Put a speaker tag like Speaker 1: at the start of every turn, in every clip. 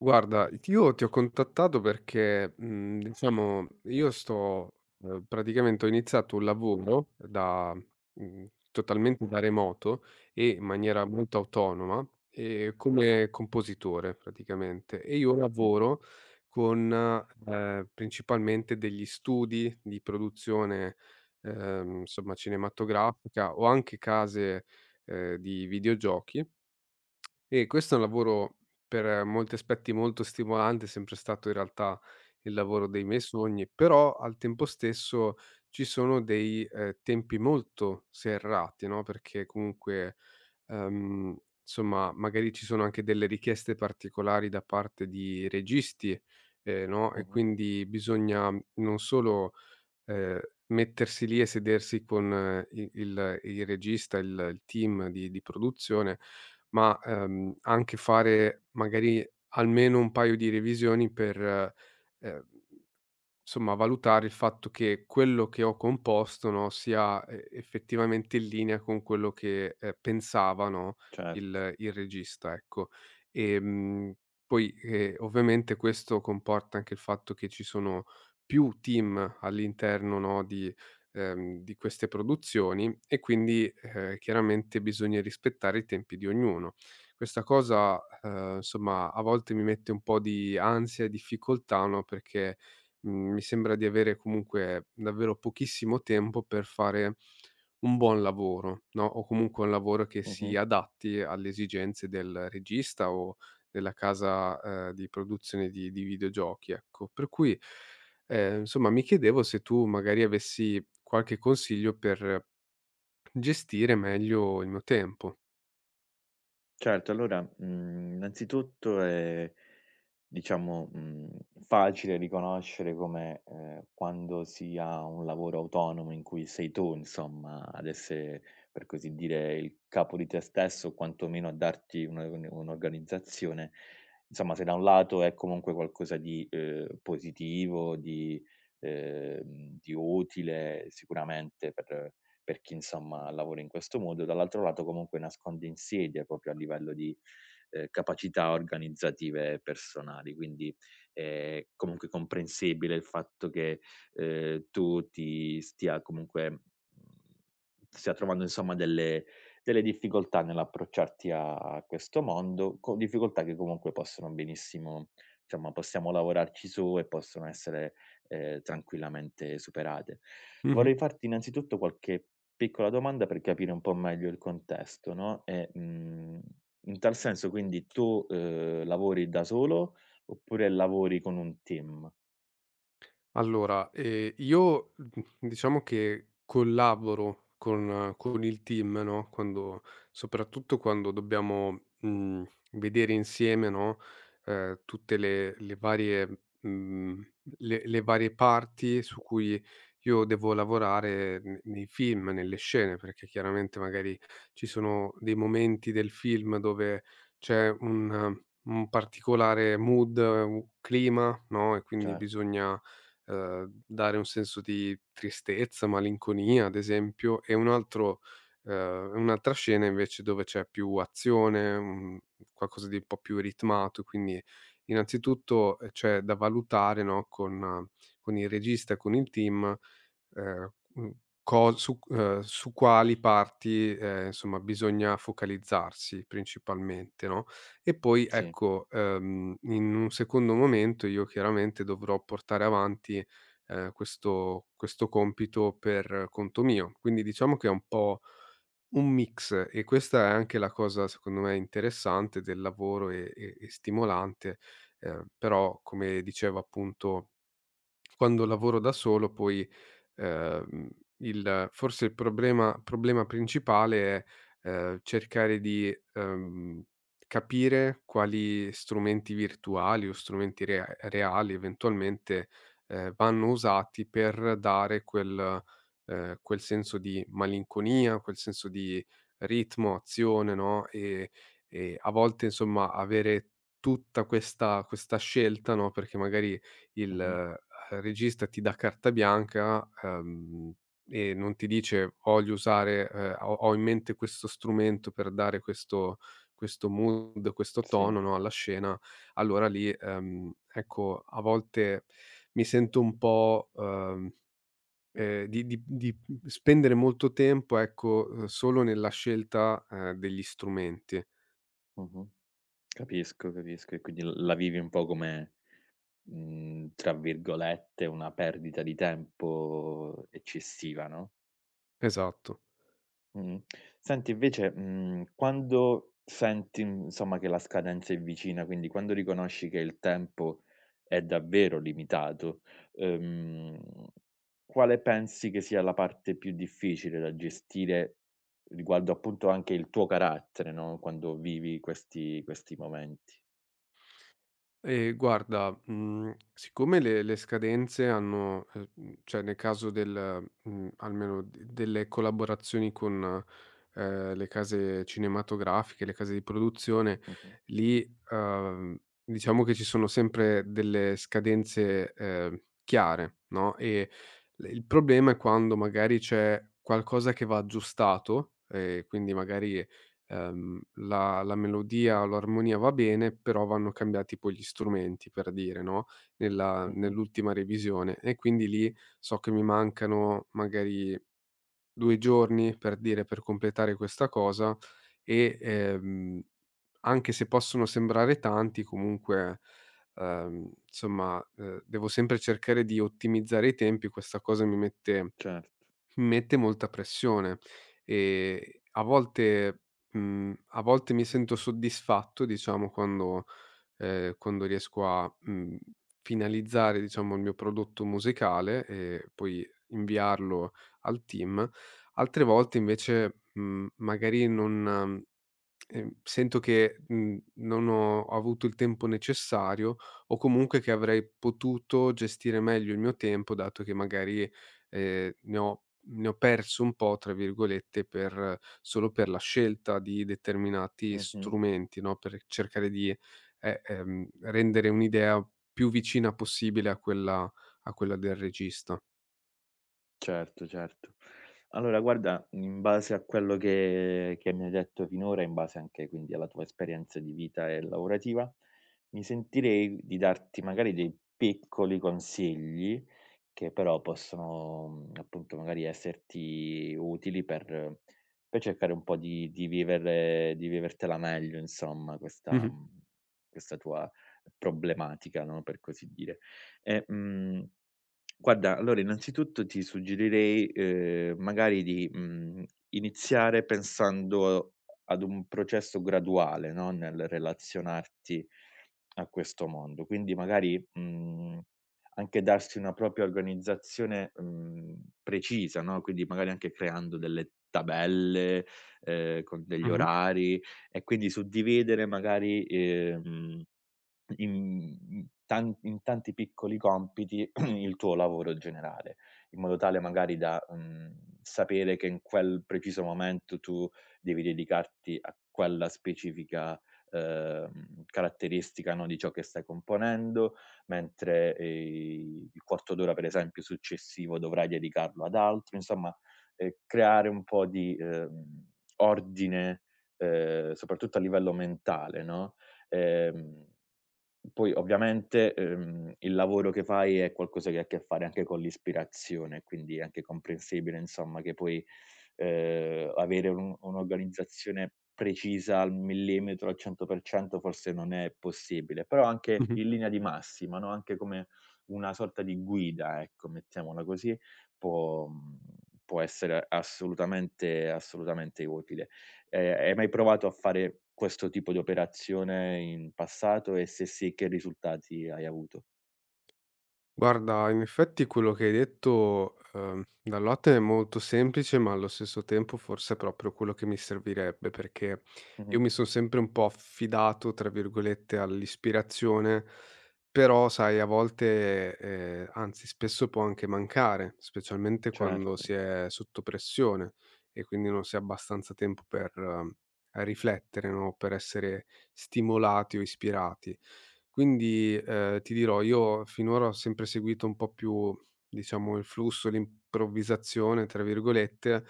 Speaker 1: Guarda, io ti ho contattato perché, diciamo, io sto praticamente ho iniziato un lavoro da totalmente da remoto e in maniera molto autonoma, come compositore praticamente. E io
Speaker 2: Mh-mh,
Speaker 1: lavoro con principalmente degli studi di produzione, insomma cinematografica o anche case, di videogiochi, e questo è un lavoro per molti aspetti molto stimolante, è sempre stato in realtà il lavoro dei miei sogni, però al tempo stesso ci sono dei tempi molto serrati, no, perché comunque, ehm, insomma, magari ci sono anche delle richieste particolari da parte di registi, no, e
Speaker 2: mh-mh,
Speaker 1: quindi bisogna non solo Ehm, mettersi lì e sedersi con i il regista, il team di produzione, ma, anche fare magari almeno un paio di revisioni per, ehm valutare il fatto che quello che ho composto, no, sia, effettivamente in linea con quello che, pensava, no,
Speaker 2: certo,
Speaker 1: il regista, ecco. Ehm, Ovviamente questo comporta anche il fatto che ci sono più team all'interno, no, di queste produzioni, e quindi, chiaramente bisogna rispettare i tempi di ognuno. Questa cosa, a volte mi mette un po' di ansia e difficoltà, no, perché mi sembra di avere comunque davvero pochissimo tempo per fare un buon lavoro, no, o comunque un lavoro che si
Speaker 2: mh-mh.
Speaker 1: adatti alle esigenze del regista o della casa, di produzione di videogiochi, ecco. Per cui, insomma mi chiedevo se tu magari avessi qualche consiglio per gestire meglio il mio tempo.
Speaker 2: Certo, allora, innanzitutto, diciamo, facile riconoscere come, quando si ha un lavoro autonomo in cui sei tu, insomma, ad essere, per così dire, il capo di te stesso o quantomeno a darti un'organizzazione, insomma, se da un lato è comunque qualcosa di, positivo, di utile sicuramente per chi, insomma, lavora in questo modo, dall'altro lato comunque nasconde insidie proprio a livello di capacità organizzative personali. Quindi è comunque comprensibile il fatto che, tu ti stia comunque stia trovando insomma delle delle difficoltà nell'approcciarti a questo mondo, co difficoltà che comunque possono benissimo insomma possiamo lavorarci su e possono essere, tranquillamente superate.
Speaker 1: Mh-mh.
Speaker 2: Vorrei farti innanzitutto qualche piccola domanda per capire un po' meglio il contesto, no, e, mhmm in tal senso quindi tu, lavori da solo oppure lavori con un team?
Speaker 1: Allora, io, diciamo che collaboro con il team, no, quando soprattutto quando dobbiamo, vedere insieme, no, tutte le varie le varie parti su cui io devo lavorare ne nei film, nelle scene, perché chiaramente magari ci sono dei momenti del film dove c'è un particolare mood, un clima, no, e quindi
Speaker 2: Certo,
Speaker 1: bisogna dare un senso di tristezza, malinconia ad esempio, e un'altra scena invece dove c'è più azione, un qualcosa di un po' più ritmato, quindi innanzitutto, c'è da valutare, no, con il regista e con il team. Mhmm, co su Su quali parti, insomma bisogna focalizzarsi principalmente, no, e poi
Speaker 2: sì,
Speaker 1: ecco, in un secondo momento io chiaramente dovrò portare avanti, questo compito per conto mio. Quindi diciamo che è un po' un mix, e questa è anche la cosa secondo me interessante del lavoro e stimolante, però come dicevo appunto, quando lavoro da solo poi ehm, il forse il problema principale è, cercare di, capire quali strumenti virtuali o strumenti reali eventualmente, vanno usati per dare quel senso di malinconia, quel senso di ritmo, azione, no, e a volte insomma avere tutta questa scelta, no, perché magari il,
Speaker 2: mh-mh,
Speaker 1: ehm, regista ti dà carta bianca, e non ti dice: "Voglio usare ho in mente questo strumento per dare questo mood, questo
Speaker 2: sì,
Speaker 1: tono, no, alla scena". Allora lì, ecco, a volte mi sento un po', di spendere molto tempo, ecco, solo nella scelta, degli strumenti.
Speaker 2: mh-mh. Capisco, capisco e quindi l la vivi un po' come, tra virgolette, "una perdita di tempo eccessiva", no?
Speaker 1: Esatto.
Speaker 2: Mh-mh. Senti invece, quando senti, insomma, che la scadenza è vicina, quindi quando riconosci che il tempo è davvero limitato, ehm, quale pensi che sia la parte più difficile da gestire riguardo appunto anche il tuo carattere, no, quando vivi questi momenti?
Speaker 1: Guarda, siccome le scadenze hanno cioè nel caso del almeno d delle collaborazioni con, le case cinematografiche, le case di produzione,
Speaker 2: Mh-mh,
Speaker 1: lì, uhm, diciamo che ci sono sempre delle scadenze, chiare, no, e l il problema è quando magari c'è qualcosa che va aggiustato, quindi magari la melodia o l'armonia va bene, però vanno cambiati poi gli strumenti, per dire, no, nella
Speaker 2: mh-mh,
Speaker 1: nell'ultima revisione. E quindi lì so che mi mancano magari 2 giorni, per dire, per completare questa cosa, e, anche se possono sembrare tanti comunque, devo sempre cercare di ottimizzare i tempi, questa cosa mi mette
Speaker 2: certo,
Speaker 1: mi Mette molta pressione. E a volte, a volte mi sento soddisfatto, diciamo, quando quando riesco a, finalizzare, diciamo, il mio prodotto musicale e poi inviarlo al team. Altre volte invece, mhmm, magari non sento che, non ho avuto il tempo necessario o comunque che avrei potuto gestire meglio il mio tempo, dato che magari, ehm, ne ho ne ho "perso un po'" tra virgolette per solo per la scelta di determinati
Speaker 2: mh-mh.
Speaker 1: strumenti, no, per cercare di, rendere un'idea più vicina possibile a quella del regista.
Speaker 2: Certo, certo. Allora guarda, in base a quello che mi hai detto finora, in base anche quindi alla tua esperienza di vita e lavorativa, mi sentirei di darti magari dei piccoli consigli che però possono, appunto magari esserti utili per cercare un po' di vivere di vivertela meglio insomma questa
Speaker 1: Mh-mh.
Speaker 2: questa tua problematica, no, per così dire. E, guarda allora innanzitutto ti suggerirei, magari di, iniziare pensando ad un processo graduale, no, nel relazionarti a questo mondo. Quindi magari, mhmm anche darsi una propria organizzazione, precisa, no, quindi magari anche creando delle tabelle, con degli
Speaker 1: Mh-mh.
Speaker 2: orari e quindi suddividere magari, in tanti piccoli compiti il tuo lavoro generale, in modo tale magari da, sapere che in quel preciso momento tu devi dedicarti a quella specifica, caratteristica, no, di ciò che stai componendo, mentre, il quarto d'ora per esempio successivo dovrai dedicarlo ad altro. Insomma, creare un po' di, ordine, soprattutto a livello mentale, no, ehm poi ovviamente, il lavoro che fai è qualcosa che ha a che fare anche con l'ispirazione, quindi è anche comprensibile insomma che poi, avere un un'organizzazione precisa al millimetro, al 100% forse non è possibile, però anche
Speaker 1: Mh-mh.
Speaker 2: in linea di massima, no, anche come una sorta di guida, ecco, mettiamola così, può può essere assolutamente assolutamente utile. Hai mai provato a fare questo tipo di operazione in passato e se sì, che risultati hai avuto?
Speaker 1: Guarda, in effetti quello che hai detto, dal latte è molto semplice, ma allo stesso tempo forse è proprio quello che mi servirebbe, perché io
Speaker 2: Mh-mh.
Speaker 1: mi sono sempre un po' "affidato", tra virgolette, all'ispirazione, però sai a volte, anzi spesso può anche mancare, specialmente quando
Speaker 2: Certo.
Speaker 1: si è sotto pressione e quindi non si ha abbastanza tempo per riflettere, no, per essere stimolati o ispirati. Quindi, ti dirò, io finora ho sempre seguito un po' più, diciamo, il flusso, l'improvvisazione, tra virgolette,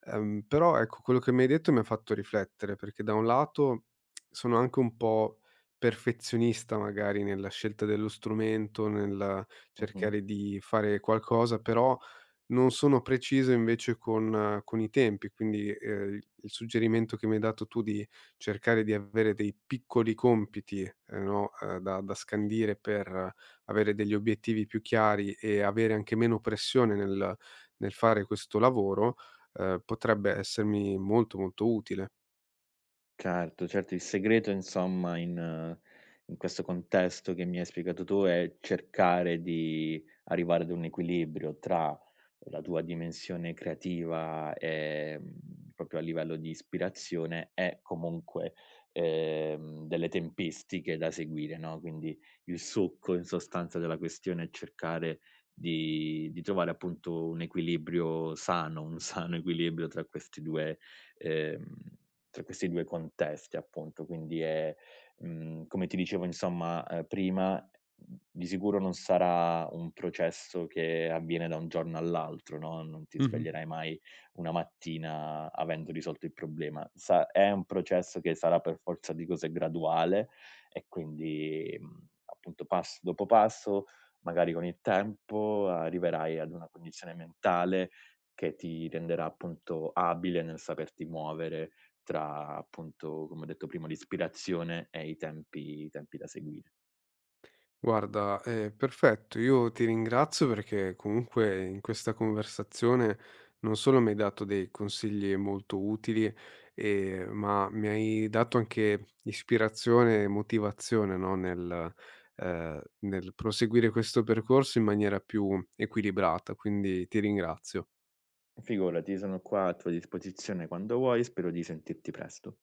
Speaker 1: però ecco, quello che mi hai detto mi ha fatto riflettere, perché da un lato sono anche un po' perfezionista magari nella scelta dello strumento, nel
Speaker 2: Mh-mh.
Speaker 1: cercare di fare qualcosa, però non sono preciso invece con i tempi, quindi, il suggerimento che mi hai dato tu di cercare di avere dei piccoli compiti, no, da scandire per avere degli obiettivi più chiari e avere anche meno pressione nel nel fare questo lavoro, potrebbe essermi molto, molto utile.
Speaker 2: Certo, certo, il segreto insomma in questo contesto che mi hai spiegato tu è cercare di arrivare ad un equilibrio tra la tua dimensione creativa, proprio a livello di ispirazione e comunque, delle tempistiche da seguire, no, quindi il succo in sostanza della questione è cercare di trovare appunto un equilibrio sano, un sano equilibrio tra questi 2, ehm tra questi 2 contesti appunto, quindi è come ti dicevo insomma, prima, di sicuro non sarà un processo che avviene da un giorno all'altro, no, non ti
Speaker 1: Mh-mh.
Speaker 2: sveglierai mai una mattina avendo risolto il problema. Sa è un processo che sarà per forza di cose graduale e quindi, appunto passo dopo passo, magari con il tempo arriverai ad una condizione mentale che ti renderà appunto abile nel saperti muovere tra appunto, come ho detto prima, l'ispirazione e i tempi da seguire.
Speaker 1: Guarda, è perfetto. Io ti ringrazio perché comunque in questa conversazione non solo mi hai dato dei consigli molto utili, ma mi hai dato anche ispirazione e motivazione, no, nel, nel proseguire questo percorso in maniera più equilibrata, quindi ti ringrazio.
Speaker 2: Figurati, sono qua a tua disposizione quando vuoi, spero di sentirti presto.